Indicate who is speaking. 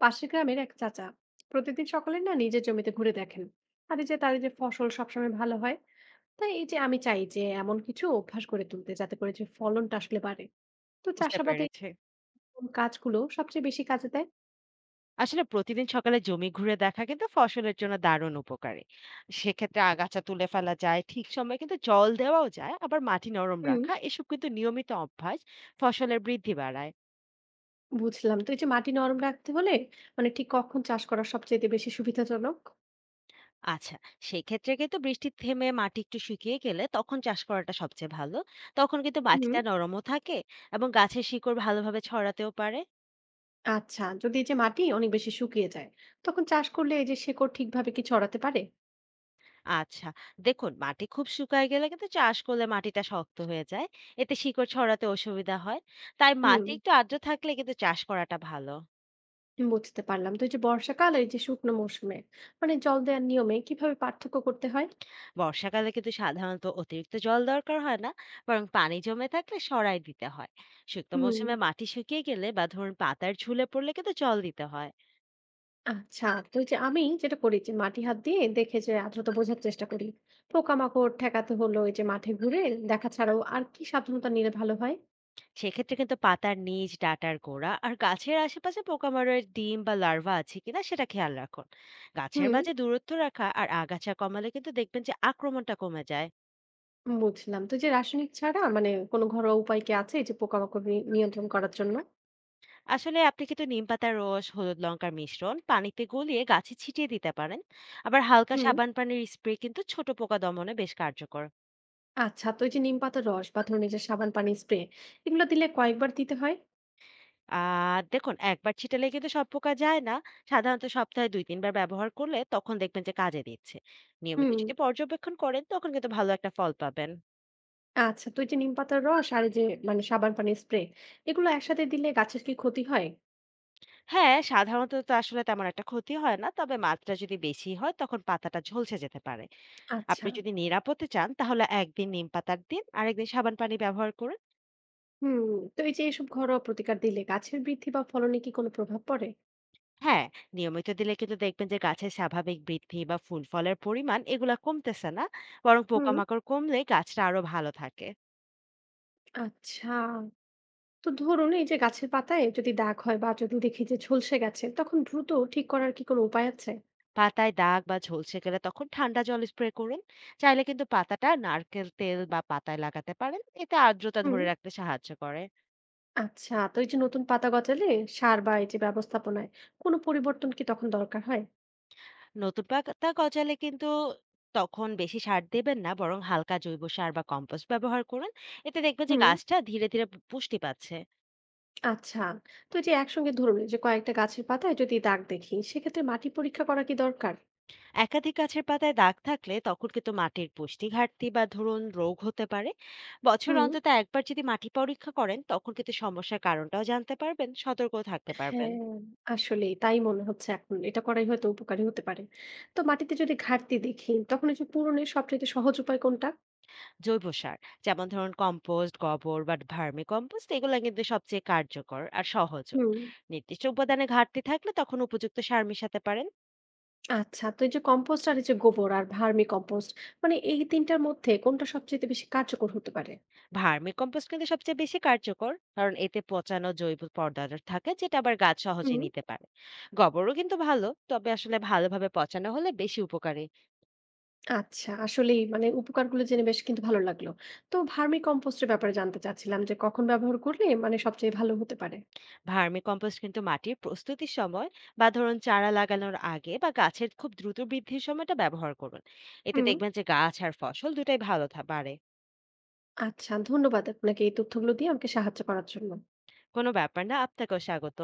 Speaker 1: পাশের গ্রামের এক চাচা প্রতিদিন সকালে না নিজের জমিতে ঘুরে দেখেন। আর এই যে তার এই যে ফসল সবসময় ভালো হয়। তাই এই যে আমি চাই যে এমন কিছু অভ্যাস করে তুলতে যাতে করে যে ফলনটা আসলে বাড়ে। তো
Speaker 2: বুঝতে
Speaker 1: চাষাবাদে
Speaker 2: পেরেছি।
Speaker 1: কোন কাজগুলো সবচেয়ে বেশি কাজে দেয়?
Speaker 2: আসলে প্রতিদিন সকালে জমি ঘুরে দেখা কিন্তু ফসলের জন্য দারুণ উপকারী। সেক্ষেত্রে আগাছা তুলে ফেলা যায়, ঠিক সময়ে কিন্তু জল দেওয়াও যায়, আবার মাটি নরম
Speaker 1: হুম।
Speaker 2: রাখা এসব কিন্তু নিয়মিত অভ্যাস ফসলের বৃদ্ধি বাড়ায়।
Speaker 1: বুঝলাম। তো এই যে মাটি নরম রাখতে হলে মানে ঠিক কখন চাষ করা সবচেয়ে বেশি সুবিধাজনক?
Speaker 2: আচ্ছা, সেক্ষেত্রে কিন্তু বৃষ্টি থেমে মাটি একটু শুকিয়ে গেলে তখন চাষ করাটা সবচেয়ে ভালো। তখন কিন্তু
Speaker 1: হুম।
Speaker 2: মাটিটা নরমও থাকে এবং গাছের শিকড় ভালোভাবে ছড়াতেও পারে।
Speaker 1: আচ্ছা, যদি এই যে মাটি অনেক বেশি শুকিয়ে যায় তখন চাষ করলে এই যে শেকড় ঠিকভাবে কি ছড়াতে পারে?
Speaker 2: আচ্ছা। দেখুন, মাটি খুব শুকায় গেলে কিন্তু চাষ করলে মাটিটা শক্ত হয়ে যায়। এতে শিকড় ছড়াতে অসুবিধা হয়। তাই
Speaker 1: হুম।
Speaker 2: মাটি একটু আর্দ্র থাকলে কিন্তু চাষ করাটা ভালো।
Speaker 1: বুঝতে পারলাম। তো এই যে বর্ষাকাল আর এই যে শুকনো মৌসুমে মানে জল দেওয়ার নিয়মে কিভাবে পার্থক্য করতে হয়?
Speaker 2: বর্ষাকালে কিন্তু সাধারণত অতিরিক্ত জল দরকার হয় না, বরং পানি জমে থাকলে সরায় দিতে হয়। শুকনো
Speaker 1: হুম।
Speaker 2: মৌসুমে মাটি শুকিয়ে গেলে বা ধরুন পাতার ঝুলে পড়লে কিন্তু জল দিতে হয়।
Speaker 1: আচ্ছা, তো এই যে আমি যেটা করি যে মাটি হাত দিয়ে দেখে যে আর্দ্রতা বোঝার চেষ্টা করি। পোকামাকড় ঠেকাতে হলো এই যে মাঠে ঘুরে দেখা ছাড়াও আর কি সাবধানতা নিলে ভালো হয়?
Speaker 2: সেক্ষেত্রে কিন্তু পাতার নিচ, ডাঁটার গোড়া আর গাছের আশেপাশে পোকামাকড়ের ডিম বা লার্ভা আছে কিনা সেটা খেয়াল রাখুন। গাছের
Speaker 1: হুম।
Speaker 2: মাঝে দূরত্ব রাখা আর আগাছা কমালে কিন্তু দেখবেন যে আক্রমণটা কমে যায়।
Speaker 1: বুঝলাম। তো এই যে রাসায়নিক ছাড়া মানে কোনো ঘরোয়া উপায় কি আছে এই যে পোকামাকড় নিয়ন্ত্রণ করার জন্য?
Speaker 2: আসলে আপনি কিন্তু নিম পাতার রস, হলুদ লঙ্কার মিশ্রণ পানিতে গলিয়ে গাছে ছিটিয়ে দিতে পারেন। আবার হালকা
Speaker 1: হুম।
Speaker 2: সাবান পানির স্প্রে কিন্তু ছোট পোকা দমনে বেশ কার্যকর।
Speaker 1: আচ্ছা, তো এই যে নিম পাতার রস বা ধরুন এই যে সাবান পানি স্প্রে এগুলো দিলে কয়েকবার দিতে হয়?
Speaker 2: আর দেখুন, একবার ছিটালে কিন্তু সব পোকা যায় না। সাধারণত সপ্তাহে দুই তিনবার ব্যবহার করলে তখন দেখবেন যে কাজে দিচ্ছে। নিয়মিত
Speaker 1: হুম।
Speaker 2: যদি পর্যবেক্ষণ করেন তখন কিন্তু ভালো একটা ফল পাবেন।
Speaker 1: আচ্ছা, তো এই যে নিম পাতার রস আর এই যে মানে সাবান পানির স্প্রে এগুলো একসাথে দিলে গাছের কি ক্ষতি হয়?
Speaker 2: হ্যাঁ, সাধারণত তো আসলে তেমন একটা ক্ষতি হয় না। তবে মাত্রা যদি বেশি হয় তখন পাতাটা ঝলসে যেতে পারে।
Speaker 1: আচ্ছা।
Speaker 2: আপনি যদি নিরাপদে চান তাহলে একদিন নিম পাতার দিন, আরেকদিন সাবান পানি ব্যবহার করুন।
Speaker 1: হুম। তো এই যে এসব ঘরোয়া প্রতিকার দিলে গাছের বৃদ্ধি বা ফলনে কি কোনো প্রভাব পড়ে?
Speaker 2: হ্যাঁ, নিয়মিত দিলে কিন্তু দেখবেন যে গাছের স্বাভাবিক বৃদ্ধি বা ফুল ফলের পরিমাণ এগুলা কমতেছে না। বরং
Speaker 1: হুম।
Speaker 2: পোকামাকড় কমলে গাছটা আরো ভালো থাকে।
Speaker 1: আচ্ছা, তো ধরুন এই যে গাছের পাতায় যদি দাগ হয় বা যদি দেখি যে ঝলসে গেছে তখন দ্রুত ঠিক করার কি কোনো উপায় আছে?
Speaker 2: পাতায় দাগ বা ঝলসে গেলে তখন ঠান্ডা জল স্প্রে করুন। চাইলে কিন্তু পাতাটা নারকেল তেল বা পাতায় লাগাতে পারেন। এতে আর্দ্রতা
Speaker 1: হুম।
Speaker 2: ধরে রাখতে সাহায্য করে।
Speaker 1: আচ্ছা, তো এই যে নতুন পাতা গজালে সার বা এই যে ব্যবস্থাপনায় কোনো পরিবর্তন কি তখন দরকার হয়?
Speaker 2: নতুন পাতা গজালে কিন্তু তখন বেশি সার দেবেন না, বরং হালকা জৈব সার বা কম্পোস্ট ব্যবহার করুন। এতে দেখবেন যে
Speaker 1: হুম।
Speaker 2: গাছটা ধীরে ধীরে পুষ্টি পাচ্ছে।
Speaker 1: আচ্ছা, তো এই যে একসঙ্গে ধরুন এই যে কয়েকটা গাছের পাতায় যদি দাগ দেখি সেক্ষেত্রে মাটি পরীক্ষা করা কি দরকার?
Speaker 2: একাধিক গাছের পাতায় দাগ থাকলে তখন কিন্তু মাটির পুষ্টি ঘাটতি বা ধরুন রোগ হতে পারে। বছর
Speaker 1: হুম।
Speaker 2: অন্তত একবার যদি মাটি পরীক্ষা করেন তখন কিন্তু সমস্যার কারণটাও জানতে পারবেন, সতর্ক থাকতে পারবেন।
Speaker 1: হ্যাঁ। আসলে তাই মনে হচ্ছে এখন এটা করাই হয়তো উপকারী হতে পারে। তো মাটিতে যদি ঘাটতি দেখি তখন এই যে পূরণের সবচেয়ে সহজ উপায় কোনটা?
Speaker 2: জৈব সার, যেমন ধরুন কম্পোস্ট, গোবর বা ভার্মি কম্পোস্ট, এগুলো কিন্তু সবচেয়ে কার্যকর আর সহজও।
Speaker 1: হুম।
Speaker 2: নির্দিষ্ট উপাদানে ঘাটতি থাকলে তখন উপযুক্ত সার মেশাতে পারেন।
Speaker 1: আচ্ছা, তো এই যে কম্পোস্ট আর এই যে গোবর আর ভার্মি কম্পোস্ট মানে এই তিনটার মধ্যে কোনটা সবচেয়ে বেশি কার্যকর হতে পারে?
Speaker 2: ভার্মি কম্পোস্ট কিন্তু সবচেয়ে বেশি কার্যকর, কারণ এতে পচানো জৈব পদার্থ থাকে যেটা আবার গাছ সহজে
Speaker 1: হুম।
Speaker 2: নিতে পারে। গোবরও কিন্তু ভালো, তবে আসলে ভালোভাবে পচানো হলে বেশি উপকারী।
Speaker 1: আচ্ছা, আসলেই মানে উপকারগুলো জেনে বেশ কিন্তু ভালো লাগলো। তো ভার্মি কম্পোস্টের ব্যাপারে জানতে চাচ্ছিলাম যে কখন ব্যবহার করলে মানে সবচেয়ে ভালো হতে পারে?
Speaker 2: ভার্মি কম্পোস্ট কিন্তু মাটির প্রস্তুতির সময় বা ধরুন চারা লাগানোর আগে বা গাছের খুব দ্রুত বৃদ্ধির সময়টা ব্যবহার করুন। এতে
Speaker 1: হুম।
Speaker 2: দেখবেন যে গাছ আর ফসল দুটাই ভালো বাড়ে।
Speaker 1: আচ্ছা, ধন্যবাদ আপনাকে এই তথ্যগুলো দিয়ে আমাকে সাহায্য করার জন্য।
Speaker 2: কোনো ব্যাপার না, আপনাকেও স্বাগত।